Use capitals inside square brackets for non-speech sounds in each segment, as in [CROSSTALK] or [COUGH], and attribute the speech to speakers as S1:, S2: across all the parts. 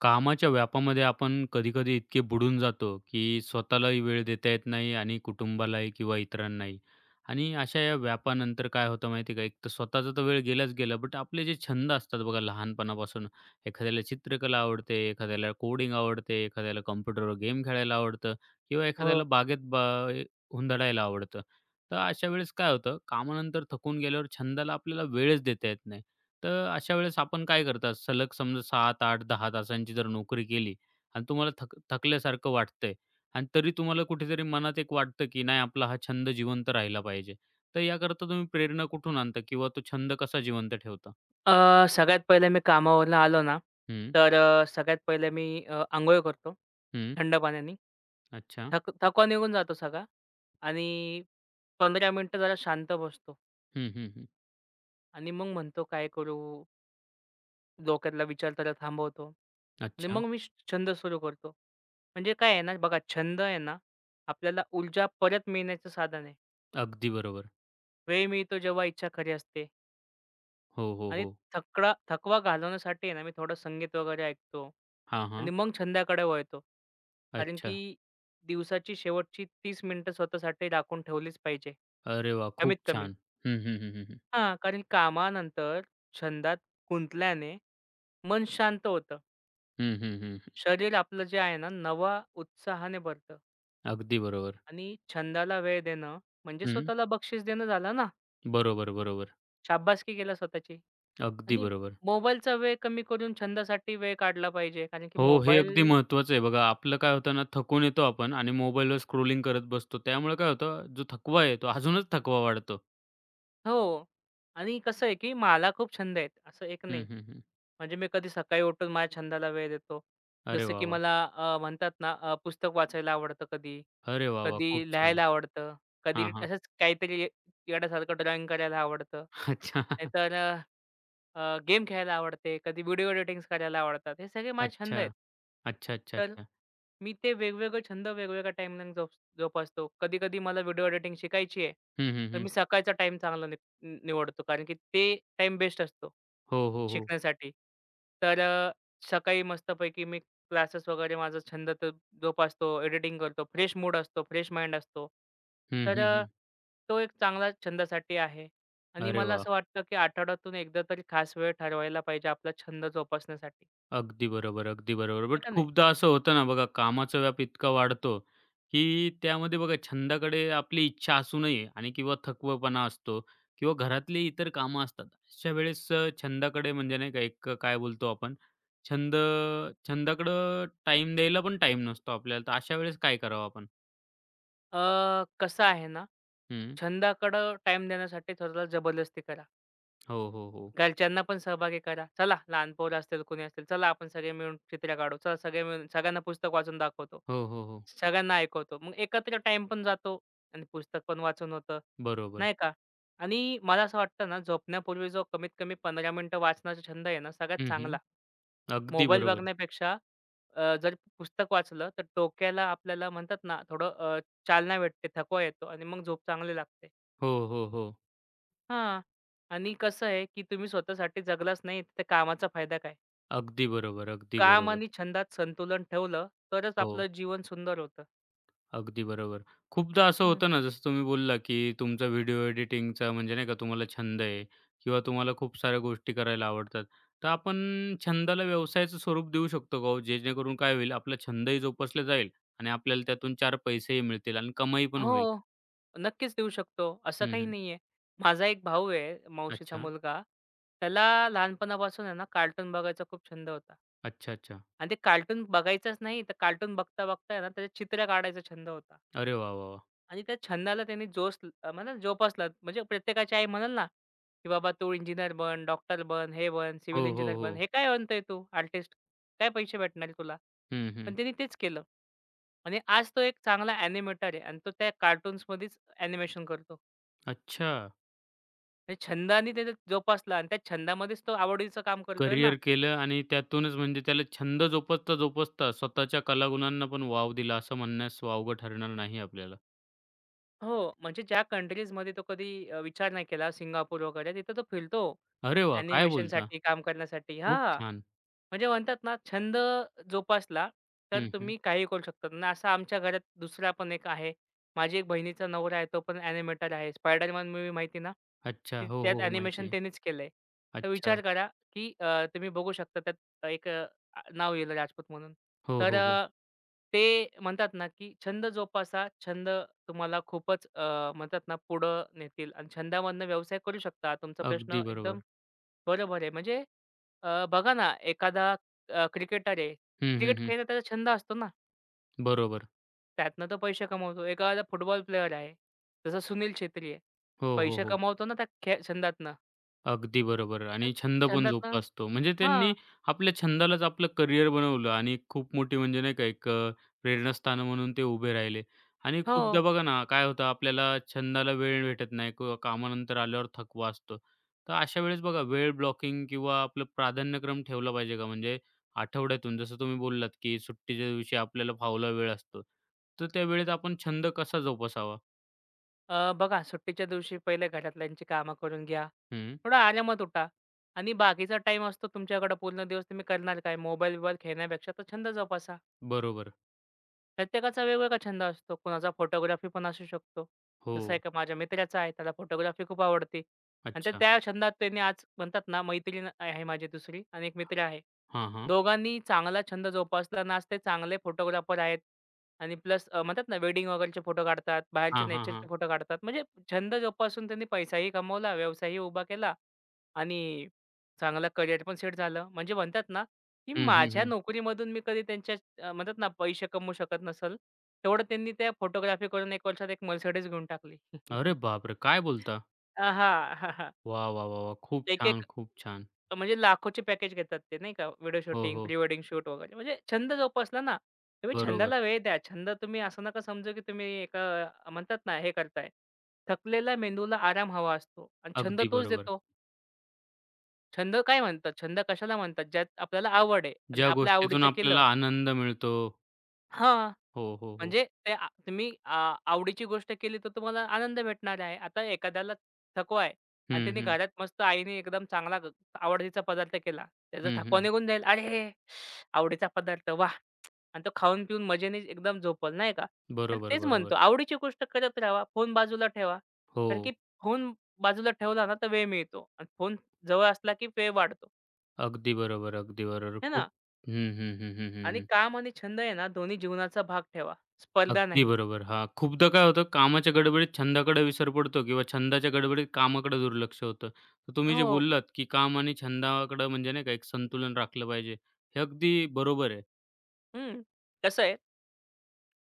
S1: कामाच्या व्यापामध्ये आपण कधी-कधी इतके बुडून जातो, की स्वतःलाही वेळ देता येत नाही आणि कुटुंबालाही किंवा इतरांनाही. आणि अशा या व्यापानंतर काय होतं माहिती आहे का, एक तर स्वतःचा तर वेळ गेलाच गेला, बट आपले जे छंद असतात बघा लहानपणापासून, एखाद्याला चित्रकला आवडते, एखाद्याला कोडिंग आवडते, एखाद्याला कॉम्प्युटरवर गेम खेळायला आवडतं किंवा एखाद्याला
S2: हो.
S1: बागेत बा ए हुंदडायला आवडतं. तर अशा वेळेस काय होतं, कामानंतर थकून गेल्यावर छंदाला आपल्याला वेळच देता येत नाही. तर अशा वेळेस आपण काय करता? सलग समजा 7, आठ, 10 तासांची जर नोकरी केली आणि तुम्हाला थकल्यासारखं वाटतंय आणि तरी तुम्हाला कुठेतरी मनात एक वाटतं, की नाही आपला हा छंद जिवंत राहिला पाहिजे. तर याकरता तुम्ही प्रेरणा कुठून आणता किंवा तो छंद कसा जिवंत ठेवता?
S2: अ, सगळ्यात पहिले मी कामावरून आलो ना,
S1: हं,
S2: तर सगळ्यात पहिले मी अंघोळ करतो
S1: हं.
S2: थंड पाण्याने.
S1: अच्छा.
S2: थकवा निघून जातो सगळा आणि 15 मिनिटं जरा शांत बसतो
S1: हं, हं, हं.
S2: आणि मग म्हणतो काय करू? डोक्यातला विचार त्याला थांबवतो आणि
S1: अच्छा.
S2: मग मी छंद सुरू करतो. म्हणजे काय आहे ना, बघा छंद आहे ना, आपल्याला ऊर्जा परत मिळण्याचं साधन आहे.
S1: अगदी बरोबर.
S2: वेळ मिळतो जेव्हा इच्छा खरी असते.
S1: हो, हो,
S2: आणि
S1: हो.
S2: थकवा घालवण्यासाठी आहे ना, मी थोडं संगीत वगैरे ऐकतो
S1: हां,
S2: आणि
S1: हां.
S2: मग छंदाकडे वळतो. कारण की
S1: अच्छा.
S2: दिवसाची शेवटची 30 मिनिटं स्वतःसाठी राखून ठेवलीच पाहिजे,
S1: अरे वाह!
S2: कमीत
S1: खूप
S2: कमी.
S1: छान. हं, हं, हं, हं, हं.
S2: हां, कारण कामानंतर छंदात गुंतल्याने मन शांत होतं.
S1: हं, हं,
S2: शरीर आपलं जे आहे ना, नवा उत्साहाने भरतं
S1: अगदी बरोबर.
S2: आणि छंदाला वेळ देणं म्हणजे
S1: हं.
S2: स्वतःला बक्षीस देणं झालं ना.
S1: बरोबर, बरोबर.
S2: शाब्बासकी केलं स्वतःची.
S1: अगदी
S2: आणि
S1: बरोबर.
S2: मोबाईलचा वेळ कमी करून छंदासाठी वेळ काढला पाहिजे. कारण की
S1: हो, हे अगदी
S2: मोबाईल
S1: महत्त्वाचं आहे बघा. आपलं काय होतं ना, थकून येतो आपण आणि मोबाईलवर स्क्रोलिंग करत बसतो. त्यामुळे काय होतं, जो थकवा आहे तो अजूनच थकवा वाढतो.
S2: हो. आणि कसं आहे, की मला खूप छंद आहेत, असं एक
S1: हं,
S2: नाही.
S1: हं, हं.
S2: म्हणजे मी कधी सकाळी उठून माझ्या छंदाला वेळ देतो.
S1: अरे
S2: जसं
S1: वाह,
S2: की
S1: वाह!
S2: मला म्हणतात ना पुस्तक वाचायला आवडतं कधी,
S1: अरे वाह, वाह! खूप
S2: कधी
S1: छान.
S2: लिहायला आवडतं, कधी
S1: हां, हां.
S2: असंच काहीतरी येड्यासारखं ड्रॉइंग करायला आवडतं.
S1: [LAUGHS] अच्छा.
S2: नाहीतर गेम खेळायला आवडते, कधी व्हिडिओ एडिटिंग्स करायला आवडतात. हे सगळे माझे छंद
S1: अच्छा.
S2: आहेत.
S1: अच्छा, अच्छा,
S2: तर
S1: अच्छा.
S2: मी ते वेगवेगळे छंद वेगवेगळ्या टाईमला जोपासतो. कधी-कधी मला व्हिडिओ एडिटिंग शिकायची आहे,
S1: हं, हं,
S2: तर
S1: हं.
S2: मी सकाळचा टाईम चांगला निवडतो. कारण की ते टाईम बेस्ट असतो
S1: हो, हो, हो.
S2: शिकण्यासाठी. तर सकाळी मस्तपैकी मी क्लासेस वगैरे माझा छंद तर जोपासतो, एडिटिंग करतो. फ्रेश मूड असतो, फ्रेश माइंड असतो.
S1: हं,
S2: तर
S1: हं, हं.
S2: तो एक चांगला छंदासाठी आहे. आणि
S1: अरे
S2: मला
S1: वाह!
S2: असं वाटतं, की आठवड्यातून एकदा तरी खास वेळ ठरवायला पाहिजे आपला छंद जोपासण्यासाठी.
S1: अगदी बरोबर, अगदी बरोबर.
S2: आहे
S1: बट
S2: का नाही?
S1: खूपदा असं होतं ना बघा, कामाचा व्याप इतका वाढतो, की त्यामध्ये बघा छंदाकडे आपली इच्छा असूनही आणि किंवा थकवपणा असतो किंवा घरातली इतर कामं असतात. अशा वेळेस छंदाकडे म्हणजे नाही का एक काय बोलतो आपण, छंद छंदाकडं टाईम द्यायला पण टाईम नसतो आपल्याला. तर अशा वेळेस काय करावं आपण?
S2: कसं आहे ना,
S1: हं.
S2: छंदाकडं टाइम देण्यासाठी थोडं जबरदस्ती करा.
S1: हो, हो, हो.
S2: घरच्यांना पण सहभागी करा. "चला, लहान पोरं असतील, कुणी असतील, चला आपण सगळे मिळून चित्र काढू. चला सगळे मिळून सगळ्यांना पुस्तक वाचून दाखवतो.
S1: हो, हो, हो.
S2: सगळ्यांना ऐकवतो." मग एकत्र टाईम पण जातो आणि पुस्तक पण वाचून होतं,
S1: बरोबर.
S2: नाही का? आणि मला असं वाटतं ना, झोपण्यापूर्वी जो कमीत कमी 15 मिनिटं वाचनाचा छंद आहे ना, सगळ्यात
S1: हं, हं.
S2: चांगला.
S1: अगदी
S2: मोबाईल
S1: बरोबर.
S2: बघण्यापेक्षा जर पुस्तक वाचलं तर डोक्याला आपल्याला म्हणतात ना थोडं चालना भेटते, थकवा येतो आणि मग झोप चांगली लागते.
S1: हो, हो, हो.
S2: हां. आणि कसं आहे, की तुम्ही स्वतःसाठी जगलाच नाही तर त्या कामाचा फायदा काय?
S1: अगदी बरोबर, अगदी
S2: काम
S1: बरोबर.
S2: आणि छंदात संतुलन ठेवलं तरच
S1: हो.
S2: आपलं जीवन सुंदर होतं.
S1: अगदी बरोबर. खूपदा असं
S2: हं.
S1: होतं ना, जसं तुम्ही बोलला, की तुमचा व्हिडिओ एडिटिंगचा म्हणजे नाही का तुम्हाला छंद आहे किंवा तुम्हाला खूप साऱ्या गोष्टी करायला आवडतात. तर आपण छंदाला व्यवसायाचं स्वरूप देऊ शकतो का हो? जेणेकरून काय होईल आपला छंदही जोपासला जाईल आणि आपल्याला त्यातून 4 पैसेही मिळतील आणि कमाई पण
S2: हो,
S1: होईल.
S2: नक्कीच देऊ शकतो. असं
S1: हं,
S2: काही
S1: हं.
S2: नाहीये. माझा एक भाऊ आहे, मावशीचा
S1: अच्छा.
S2: मुलगा. त्याला लहानपणापासून आहे ना, कार्टून बघायचा खूप छंद होता.
S1: अच्छा, अच्छा.
S2: आणि ते कार्टून बघायचंच नाही, तर कार्टून बघता-बघता आहे ना, त्याच्यात चित्र काढायचा छंद होता.
S1: अरे वाह, वाह, वाह!
S2: आणि त्या छंदाला त्यांनी म्हणा जोपासला. म्हणजे प्रत्येकाची आई म्हणेल ना, की "बाबा तू इंजिनिअर बन, डॉक्टर बन, हे बन, सिव्हिल
S1: हो, हो,
S2: इंजिनिअर बन."
S1: हो.
S2: "हे काय बनतोय तू आर्टिस्ट? काय पैसे भेटणार तुला?"
S1: हं, हं.
S2: पण त्यांनी तेच केलं. आणि आज तो एक चांगला ॲनिमेटर आहे आणि तो त्या कार्टून्समध्येच ॲनिमेशन करतो.
S1: अच्छा.
S2: म्हणजे छंदाने त्याचा जोपासला आणि त्या छंदामध्येच तो आवडीचं काम करतोय ना.
S1: करियर केलं आणि त्यातूनच म्हणजे त्याला छंद जोपासता, जोपासता स्वतःच्या कलागुणांना पण वाव दिला असं म्हणण्यास वावगं ठरणार नाही आपल्याला.
S2: हो, म्हणजे ज्या कंट्रीजमध्ये तो कधी विचार नाही केला सिंगापूर वगैरे तिथं तो फिरतो.
S1: अरे वा काय बोलता?
S2: ॲनिमेशनसाठी काम करण्यासाठी
S1: खूप
S2: हां,
S1: छान.
S2: म्हणजे म्हणतात ना छंद जोपासला तर
S1: हं, हं.
S2: तुम्ही काहीही करू शकता ना. असं आमच्या घरात दुसरा पण एक आहे. माझी एक बहिणीचा नवरा आहे तो पण ॲनिमेटर आहे. स्पायडरमॅन मूव्ही माहिती ना?
S1: अच्छा.
S2: ती
S1: हो,
S2: त्यात
S1: हो, हो. माहिती
S2: ॲनिमेशन
S1: आहे.
S2: त्यानेच केलंय. तर
S1: अच्छा.
S2: विचार करा, की तुम्ही बघू शकता त्यात एक नाव लिहिलं राजपूत म्हणून.
S1: हो,
S2: तर
S1: हो, हो.
S2: ते म्हणतात ना, की छंद जोपासा, छंद तुम्हाला खूपच म्हणतात ना, पुढं नेतील आणि छंदामधनं व्यवसाय करू शकता. तुमचा
S1: अगदी
S2: प्रश्न एकदम
S1: बरोबर.
S2: बरोबर आहे. म्हणजे बघा ना, एखादा क्रिकेटर आहे.
S1: हं, हं,
S2: क्रिकेट
S1: हं.
S2: खेळणं त्याचा छंद असतो ना.
S1: बरोबर.
S2: त्यातनं तो पैसे कमवतो. एखादा फुटबॉल प्लेयर आहे. जसं सुनील छेत्री आहे.
S1: हो, हो,
S2: पैसे
S1: हो.
S2: कमावतो ना त्या छंदातनं.
S1: अगदी बरोबर
S2: तर
S1: आणि छंद पण
S2: छंदातनं
S1: जोपासतो. म्हणजे
S2: हां.
S1: त्यांनी आपल्या छंदालाच आपलं करियर बनवलं आणि खूप मोठी म्हणजे नाही का एक प्रेरणास्थान म्हणून ते उभे राहिले. आणि
S2: हो.
S1: खूपदा बघा ना, काय होतं आपल्याला छंदाला वेळ भेटत नाही किंवा कामानंतर आल्यावर थकवा असतो. तर अशा वेळेस बघा वेळ ब्लॉकिंग किंवा आपलं प्राधान्यक्रम ठेवला पाहिजे का? म्हणजे आठवड्यातून जसं तुम्ही बोललात, की सुट्टीच्या दिवशी आपल्याला फावला वेळ असतो. तर त्या वेळेत आपण छंद कसा जोपासावा?
S2: बघा सुट्टीच्या दिवशी पहिले घरातल्यांची कामं करून घ्या.
S1: हं,
S2: थोडा आरामात उठा आणि बाकीचा टाईम असतो तुमच्याकडं पूर्ण दिवस तुम्ही करणार काय? मोबाईल-बिबाईल खेळण्यापेक्षा तो छंद जोपासा.
S1: बरोबर.
S2: प्रत्येकाचा वेगवेगळा छंद असतो. कोणाचा फोटोग्राफी पण असू शकतो.
S1: हो.
S2: जसं एका माझ्या मित्राचा आहे, त्याला फोटोग्राफी खूप आवडते आणि तर
S1: अच्छा.
S2: त्या छंदात त्यांनी आज म्हणतात ना, मैत्रीण आहे माझी दुसरी आणि एक मित्र आहे.
S1: हां, हां.
S2: दोघांनी चांगला छंद जोपासला आणि आज ते चांगले फोटोग्राफर आहेत आणि प्लस म्हणतात ना, वेडिंग वगैरेचे फोटो काढतात, बाहेरचे
S1: हां, हां, हां.
S2: नेचरचे फोटो काढतात. म्हणजे छंद जोपासून त्यांनी पैसाही कमवला, व्यवसायही उभा केला आणि चांगला करिअर पण सेट झालं. म्हणजे म्हणतात ना, की
S1: हं, हं,
S2: माझ्या
S1: हं.
S2: नोकरीमधून मी कधी त्यांच्या म्हणतात ना पैसे कमवू शकत नसेल, तेवढं त्यांनी त्या फोटोग्राफी करून 1 वर्षात एक Mercedes घेऊन टाकली.
S1: अरे
S2: [LAUGHS]
S1: बापरे! काय बोलता?
S2: अ, हां, हां, हां.
S1: वाह, वाह, वाह, वाह! खूप
S2: एक-एक
S1: छान, खूप छान.
S2: म्हणजे लाखोचे पॅकेज घेतात ते नाही का व्हिडिओ
S1: हो,
S2: शूटिंग,
S1: हो.
S2: प्री वेडिंग शूट वगैरे. म्हणजे छंद जोपासला ना, तुम्ही
S1: बरोबर.
S2: छंदाला वेळ द्या. छंद तुम्ही असं नका समजू की तुम्ही एक म्हणतात ना हे करताय. थकलेला मेंदूला आराम हवा असतो आणि छंद
S1: अगदी
S2: तोच
S1: बरोबर.
S2: देतो. छंद काय म्हणतात? छंद कशाला म्हणतात? ज्यात आपल्याला आवड आहे आणि
S1: ज्या
S2: आपल्या
S1: गोष्टीतून
S2: आवडीचं केलं
S1: आपल्याला आनंद मिळतो.
S2: हां.
S1: हो, हो, हो.
S2: म्हणजे ते आ तुम्ही आ आवडीची गोष्ट केली तर तुम्हाला आनंद भेटणार आहे. आता एखाद्याला थकवा आहे आणि
S1: हं,
S2: त्याने
S1: हं.
S2: घरात मस्त आईने एकदम चांगला आवडतीचा पदार्थ केला. त्याचा
S1: हं,
S2: थकवा
S1: हं.
S2: निघून जाईल. "अरे! आवडीचा पदार्थ वाह!" आणि तो खाऊन पिऊन मजेने एकदम झोपल, नाही का? तर
S1: बरोबर,
S2: तेच
S1: बरोबर.
S2: म्हणतो आवडीची गोष्ट करत राहावा. फोन बाजूला ठेवा.
S1: हो.
S2: कारण की फोन बाजूला ठेवला ना तर वेळ मिळतो आणि फोन जवळ असला की वेळ वाढतो,
S1: अगदी बरोबर, अगदी बरोबर.
S2: है
S1: खूप
S2: ना?
S1: हं, हं, हं, हं, हं,
S2: आणि
S1: हं.
S2: काम आणि छंद आहे ना दोन्ही जीवनाचा भाग ठेवा. स्पर्धा
S1: अगदी
S2: नाही.
S1: बरोबर. हां, खूपदा काय होतं कामाच्या गडबडीत छंदाकडे विसर पडतो किंवा छंदाच्या गडबडीत कामाकडे दुर्लक्ष होतं. तर तुम्ही जे
S2: हो.
S1: बोललात, की काम आणि छंदाकडे म्हणजे नाही का एक संतुलन राखलं पाहिजे. हे अगदी बरोबर आहे.
S2: हं. कसं आहे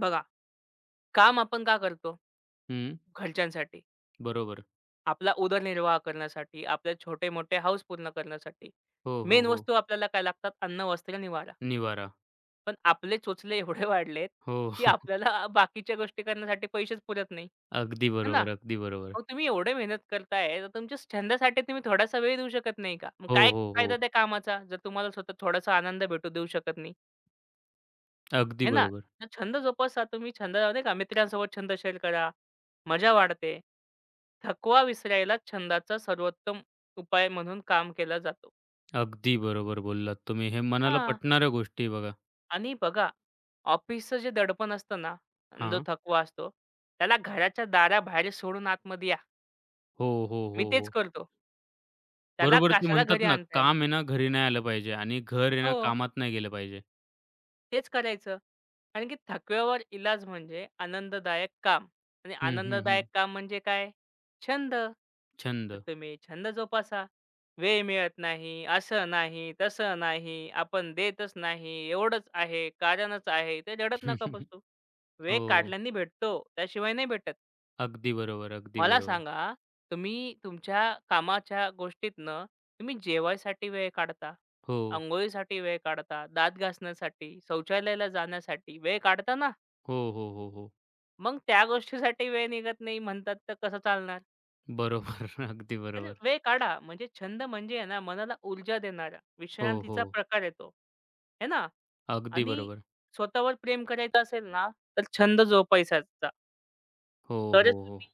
S2: बघा, काम आपण का करतो?
S1: हं.
S2: घरच्यांसाठी,
S1: बरोबर.
S2: आपला उदरनिर्वाह करण्यासाठी, आपले छोटे-मोठे हौस पूर्ण करण्यासाठी.
S1: हो, हो,
S2: मेन
S1: हो.
S2: वस्तू आपल्याला काय लागतात? अन्न, वस्त्र, निवारा.
S1: निवारा.
S2: पण आपले चोचले एवढे वाढलेत,
S1: हो.
S2: की
S1: [LAUGHS]
S2: आपल्याला बाकीच्या गोष्टी करण्यासाठी पैसेच पुरत नाही.
S1: अगदी
S2: है ना?
S1: बरोबर, अगदी बरोबर.
S2: मग तुम्ही एवढे मेहनत करताय, तर तुमच्या छंदासाठी तुम्ही थोडासा वेळ देऊ शकत नाही का? मग
S1: हो,
S2: काय
S1: हो,
S2: फायदा
S1: हो.
S2: त्या कामाचा, जर तुम्हाला स्वतः थोडासा आनंद भेटू देऊ शकत नाही?
S1: अगदी
S2: हे ना,
S1: बरोबर.
S2: तर छंद जोपासा तुम्ही छंद नाही का मित्रांसोबत छंद शेअर करा. मजा वाढते. थकवा विसरायला छंदाचा सर्वोत्तम उपाय म्हणून काम केला जातो.
S1: अगदी बरोबर बोललात तुम्ही. हे मनाला
S2: हां.
S1: पटणाऱ्या गोष्टी आहे बघा.
S2: आणि बघा ऑफिसचं जे दडपण असतं ना आणि जो
S1: हां.
S2: थकवा असतो, त्याला घराच्या दाराबाहेर सोडून आतमध्ये या.
S1: हो, हो,
S2: मी
S1: हो,
S2: तेच
S1: हो.
S2: करतो. त्याला
S1: बरोबर ते
S2: कशाला
S1: म्हणतात
S2: घरी
S1: ना,
S2: आणताय?
S1: काम आहे ना घरी नाही आलं पाहिजे आणि घर आहे ना
S2: हो,
S1: कामात नाही गेलं पाहिजे.
S2: तेच करायचं. कारण की थकव्यावर इलाज म्हणजे आनंददायक काम आणि
S1: हं, हं,
S2: आनंददायक
S1: हं.
S2: काम म्हणजे काय? छंद. तर
S1: छंद.
S2: तुम्ही छंद जोपासा. वेळ मिळत नाही, असं नाही, तसं नाही, आपण देतच नाही, एवढंच आहे, कारणच आहे, ते रडत नका
S1: [LAUGHS]
S2: बसू. वेळ
S1: हो.
S2: काढल्याने भेटतो, त्याशिवाय नाही भेटत.
S1: अगदी बरोबर, अगदी
S2: मला
S1: बरोबर.
S2: सांगा, तुम्ही तुमच्या कामाच्या गोष्टीतनं तुम्ही जेवायसाठी वेळ काढता,
S1: हो.
S2: अंघोळीसाठी वेळ काढता, दात घासण्यासाठी, शौचालयाला जाण्यासाठी वेळ काढता ना,
S1: हो, हो, हो, हो.
S2: मग त्या गोष्टीसाठी वेळ निघत नाही म्हणतात तर कसं चालणार?
S1: बरोबर. [LAUGHS] अगदी
S2: अरे
S1: बरोबर.
S2: वेळ काढा. म्हणजे छंद म्हणजे आहे ना, मनाला ऊर्जा देणारा
S1: हो, हो.
S2: विश्रांतीचा प्रकार आहे है ना?
S1: अगदी
S2: आणि
S1: बरोबर.
S2: स्वतःवर प्रेम करायचं असेल ना, तर छंद जोपासायचा.
S1: हो,
S2: तरच
S1: हो, हो.
S2: तुम्ही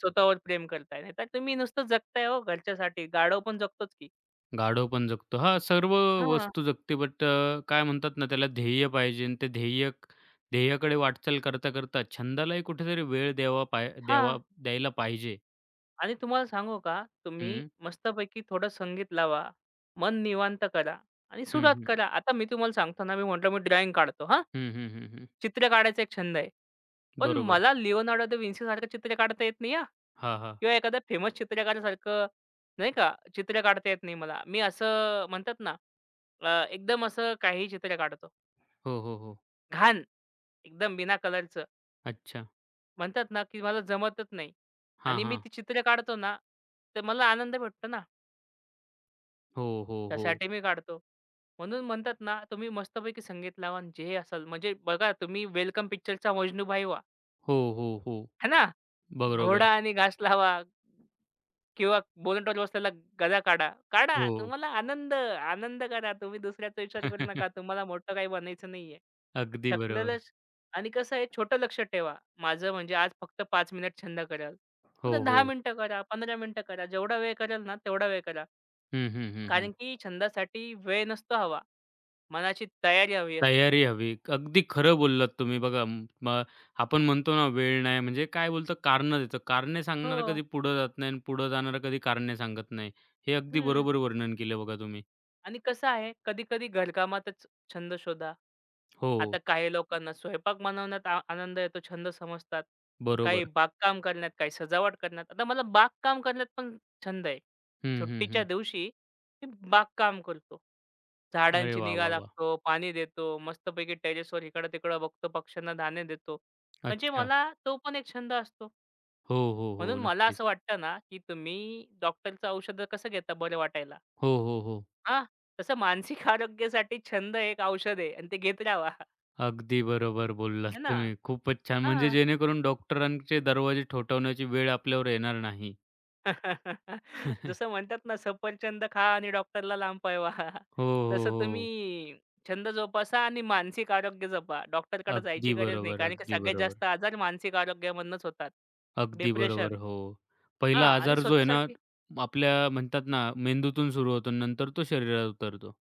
S2: स्वतःवर प्रेम करताय. नाहीतर तुम्ही नुसतं जगताय हो घरच्यासाठी. गाढव पण जगतोच की.
S1: गाढव पण जगतो. हां, सर्व
S2: हां,
S1: वस्तू जगते बट काय म्हणतात ना त्याला ध्येय पाहिजे आणि ते ध्येय ध्येयाकडे वाटचाल करता, करता छंदालाही कुठेतरी वेळ द्यावा पाय
S2: हां.
S1: द्यावा द्यायला पाहिजे.
S2: आणि तुम्हाला सांगू का, तुम्ही
S1: हं,
S2: मस्तपैकी थोडं संगीत लावा, मन निवांत करा आणि
S1: हं,
S2: सुरुवात
S1: हं.
S2: करा. आता मी तुम्हाला सांगतो ना, मी म्हटलं मी ड्रॉइंग काढतो हां.
S1: हं, हं, हं, हं.
S2: चित्र काढायचा एक छंद आहे. पण
S1: बरोबर.
S2: मला लिओनार्डो दा विंचीसारखं चित्र काढता येत नाही हां.
S1: हां, हां.
S2: किंवा एखाद्या फेमस चित्रकारासारखं नाही का चित्र काढता येत नाही मला. मी असं म्हणतात ना एकदम असं काहीही चित्र काढतो.
S1: हो, हो, हो.
S2: घाण एकदम बिना कलरचं.
S1: अच्छा.
S2: म्हणतात ना, की मला जमतच नाही
S1: हां,
S2: आणि मी
S1: हां.
S2: ती चित्र काढतो ना, तर मला आनंद भेटतो ना,
S1: हो, हो, हो.
S2: त्यासाठी मी काढतो. म्हणून म्हणतात ना, तुम्ही मस्तपैकी संगीत लावा आणि जे असाल म्हणजे बघा तुम्ही वेलकम पिक्चरचा मजनू भाई व्हा.
S1: हो, हो, हो.
S2: है ना? घोडा
S1: बरोबर.
S2: आणि घास लावा. किंवा बोलून बसलेला गदा काढा. काढा.
S1: हो.
S2: तुम्हाला आनंद, आनंद करा. तुम्ही दुसऱ्याचा विचार करू नका.
S1: [LAUGHS]
S2: तुम्हाला मोठं काही बनायचं नाहीये.
S1: अगदी
S2: थकलेलं
S1: बरोबर.
S2: श- आणि कसं आहे छोटं लक्ष ठेवा. माझं म्हणजे आज फक्त 5 मिनिट छंद कराल.
S1: हो,
S2: उद्या
S1: हो.
S2: 10 मिनिटं करा, 15 मिनिटं करा. जेवढा वेळ कराल ना, तेवढा वेळ करा.
S1: हं, हं, हं,
S2: कारण
S1: हं.
S2: की छंदासाठी वेळ नसतो हवा. मनाची तयारी हवी असते.
S1: तयारी हवी. अगदी खरं बोललात तुम्ही. आपण म्हणतो ना वेळ नाही म्हणजे काय बोलतो कारणं देतो. कारणे सांगणारा
S2: हो.
S1: कधी पुढं जात नाही आणि पुढं जाणारा कधी कारणे सांगत नाही. हे अगदी
S2: हं.
S1: बरोबर वर्णन केलं बघा तुम्ही.
S2: आणि कसं आहे, कधी-कधी घरकामातच छंद शोधा.
S1: हो,
S2: आता काही लोकांना स्वयंपाक बनवण्यात आनंद येतो, छंद समजतात. काही
S1: बरोबर.
S2: बागकाम करण्यात, काही सजावट करण्यात. आता मला बागकाम करण्यात पण छंद आहे.
S1: हं, हं,
S2: सुट्टीच्या
S1: हं.
S2: दिवशी मी बागकाम करतो.
S1: अरे
S2: झाडांची
S1: वाह,
S2: निगा
S1: वाह, वाह!
S2: राखतो, पाणी देतो, मस्तपैकी टेरेसवर इकडं-तिकडं बघतो, पक्ष्यांना दाणे देतो. म्हणजे
S1: अच्छा.
S2: मला तो पण एक छंद असतो.
S1: हो, हो,
S2: म्हणून
S1: हो.
S2: मला
S1: नक्कीच.
S2: असं वाटतं ना, की तुम्ही डॉक्टरचं औषधं कसं घेता बरं वाटायला?
S1: हो, हो, हो.
S2: हां, तसं मानसिक [LAUGHS] आरोग्यासाठी छंद एक औषध आहे आणि ते घेत राहावा.
S1: अगदी बरोबर बोललात
S2: है ना?
S1: तुम्ही. खूपच छान. म्हणजे
S2: हां.
S1: जेणेकरून डॉक्टरांचे दरवाजे ठोठावण्याची वेळ आपल्यावर येणार नाही.
S2: [LAUGHS] जसं
S1: [LAUGHS]
S2: म्हणतात ना, सफरचंद खा आणि डॉक्टरला लांब पळवा. [LAUGHS]
S1: हो,
S2: तसं
S1: हो,
S2: तुम्ही
S1: हो.
S2: छंद जोपासा आणि मानसिक आरोग्य जपा. डॉक्टरकडे जायची
S1: अगदी
S2: गरज नाही.
S1: बरोबर,
S2: कारण की
S1: अगदी
S2: सगळ्यात
S1: बरोबर.
S2: जास्त आजार मानसिक आरोग्यामधनंच होतात.
S1: अगदी
S2: डिप्रेशन
S1: बरोबर, हो.
S2: हां
S1: पहिला
S2: आणि
S1: आजार जो आहे ना,
S2: स्वतःसाठी
S1: आपल्या म्हणतात ना, मेंदूतून सुरू होतो नंतर तो शरीरात उतरतो.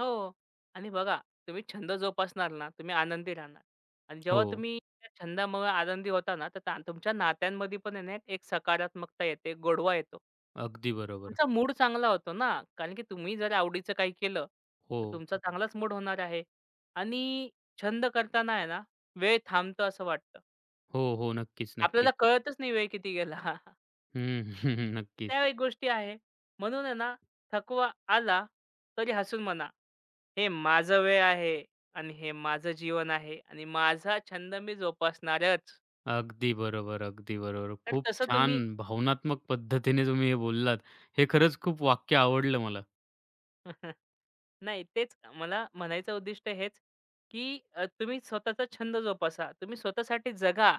S2: हो. आणि बघा तुम्ही छंद जोपासणार ना, तुम्ही आनंदी राहणार. आणि
S1: हो,
S2: जेव्हा तुम्ही त्या छंदामुळे आनंदी होता ना, तर तुमच्या नात्यांमध्ये पण आहे ना, एक सकारात्मकता येते, एक गोडवा येतो.
S1: अगदी बरोबर.
S2: तुमचा मूड चांगला होतो ना, कारण की तुम्ही जर आवडीचं काही केलं,
S1: हो,
S2: तर तुमचा चांगलाच मूड होणार आहे. आणि छंद करताना आहे ना, वेळ थांबतो असं वाटतं.
S1: हो, हो. नक्कीच,
S2: आपल्याला
S1: नक्कीच.
S2: कळतच नाही वेळ किती गेला. [LAUGHS]
S1: हं, [LAUGHS] नक्कीच.
S2: त्या एक गोष्टी आहे. म्हणून आहे ना, थकवा आला तरी हसून म्हणा. हे माझं वेळ आहे आणि हे माझं जीवन आहे आणि माझा छंद मी जोपासणारच.
S1: अगदी बरोबर, अगदी बरोबर.
S2: तर
S1: खूप
S2: तसं
S1: छान
S2: तुम्ही
S1: भावनात्मक पद्धतीने तुम्ही हे बोललात. हे खरंच खूप वाक्य आवडलं मला.
S2: [LAUGHS] नाही तेच मला म्हणायचं उद्दिष्ट हेच, की तुम्ही स्वतःचा छंद जोपासा. तुम्ही स्वतःसाठी जगा.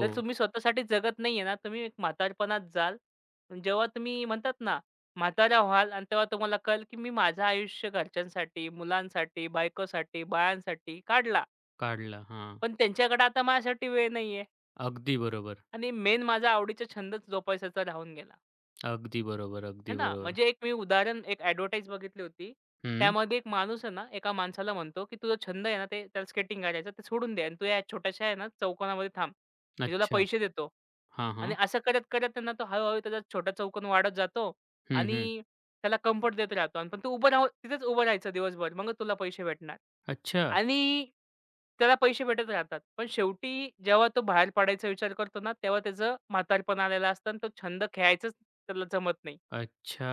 S2: जर तुम्ही स्वतःसाठी जगत नाहीये ना, तुम्ही एक म्हातारपणात जाल. आणि जेव्हा तुम्ही म्हणतात ना, म्हातारा व्हाल आणि तेव्हा तुम्हाला कळेल, की मी माझं आयुष्य घरच्यांसाठी, मुलांसाठी, बायकोसाठी, बाळांसाठी काढला.
S1: काढला. हां,
S2: पण त्यांच्याकडे आता माझ्यासाठी वेळ नाहीये.
S1: अगदी बरोबर,
S2: आणि मेन माझा आवडीचा छंदच जोपासायचा राहून गेला.
S1: अगदी बरोबर,
S2: आहे
S1: अगदी
S2: ना,
S1: बरोबर.
S2: म्हणजे एक मी उदाहरण एक ॲडव्हर्टाइज बघितली होती.
S1: हं,
S2: त्यामध्ये एक माणूस आहे ना, एका माणसाला म्हणतो, की "तुझा छंद आहे ना, ते त्याला स्केटिंग करायचं ते सोडून दे आणि तू या छोट्याशा आहे ना, चौकोनामध्ये थांब. मी तुला
S1: अच्छा.
S2: पैसे देतो."
S1: हां,
S2: आणि
S1: हां.
S2: असं करत-करत त्यांना तो हळू त्याचा छोटा चौकोन वाढत जातो
S1: हं,
S2: आणि
S1: हं.
S2: त्याला कम्फर्ट देत राहतो आणि पण तू उभं राहून तिथेच उभं राहायचं दिवसभर. मग तुला पैसे भेटणार
S1: अच्छा,
S2: आणि त्याला पैसे भेटत राहतात. पण शेवटी जेव्हा तो बाहेर पडायचा विचार करतो ना, तेव्हा त्याचं म्हातारपण आलेलं असतं आणि तो छंद खेळायचंच त्याला जमत नाही.
S1: अच्छा.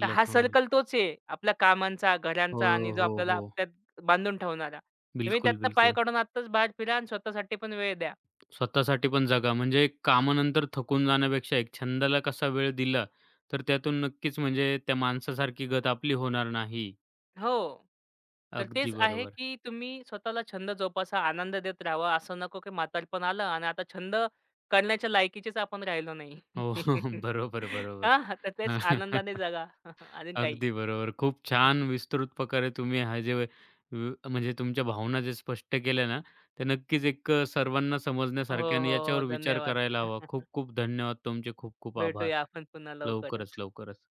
S2: तर हा सर्कल
S1: समजलं.
S2: तोच आहे. आपल्या कामांचा,
S1: हो,
S2: घरांचा आणि जो
S1: हो,
S2: आपल्याला
S1: हो.
S2: त्यात बांधून ठेवणारा. तुम्ही
S1: बिलकुल,
S2: त्यातनं पाय
S1: बिलकुल.
S2: काढून आत्ताच बाहेर फिरा आणि स्वतःसाठी पण वेळ द्या.
S1: स्वतःसाठी पण जगा. म्हणजे कामानंतर थकून जाण्यापेक्षा एक छंदाला कसा वेळ दिला, तर त्यातून नक्कीच म्हणजे त्या माणसासारखी गत आपली होणार नाही.
S2: हो. तर
S1: अगदी
S2: तेच आहे,
S1: बरोबर.
S2: की तुम्ही स्वतःला छंद जोपासा, आनंद देत राहावा. असं नको, की म्हातारपण आलं आणि आता छंद करण्याच्या लायकीचेच आपण राहिलो नाही.
S1: हो, [LAUGHS]
S2: [LAUGHS]
S1: बरोबर, बरोबर.
S2: हां, तर तेच आनंदाने जगा [LAUGHS] आणि काही.
S1: अगदी बरोबर. खूप छान विस्तृत प्रकारे तुम्ही हा जे व म्हणजे तुमच्या भावना जे स्पष्ट केल्या ना, ते नक्कीच एक सर्वांना
S2: हो,
S1: समजण्यासारख्या आणि
S2: हो, हो.
S1: याच्यावर विचार
S2: धन्यवाद.
S1: करायला हवा.
S2: [LAUGHS]
S1: खूप खूप धन्यवाद तुमचे. खूप खूप आभार.
S2: भेटूया आपण पुन्हा
S1: लवकरच,
S2: लवकरच.
S1: लवकरच.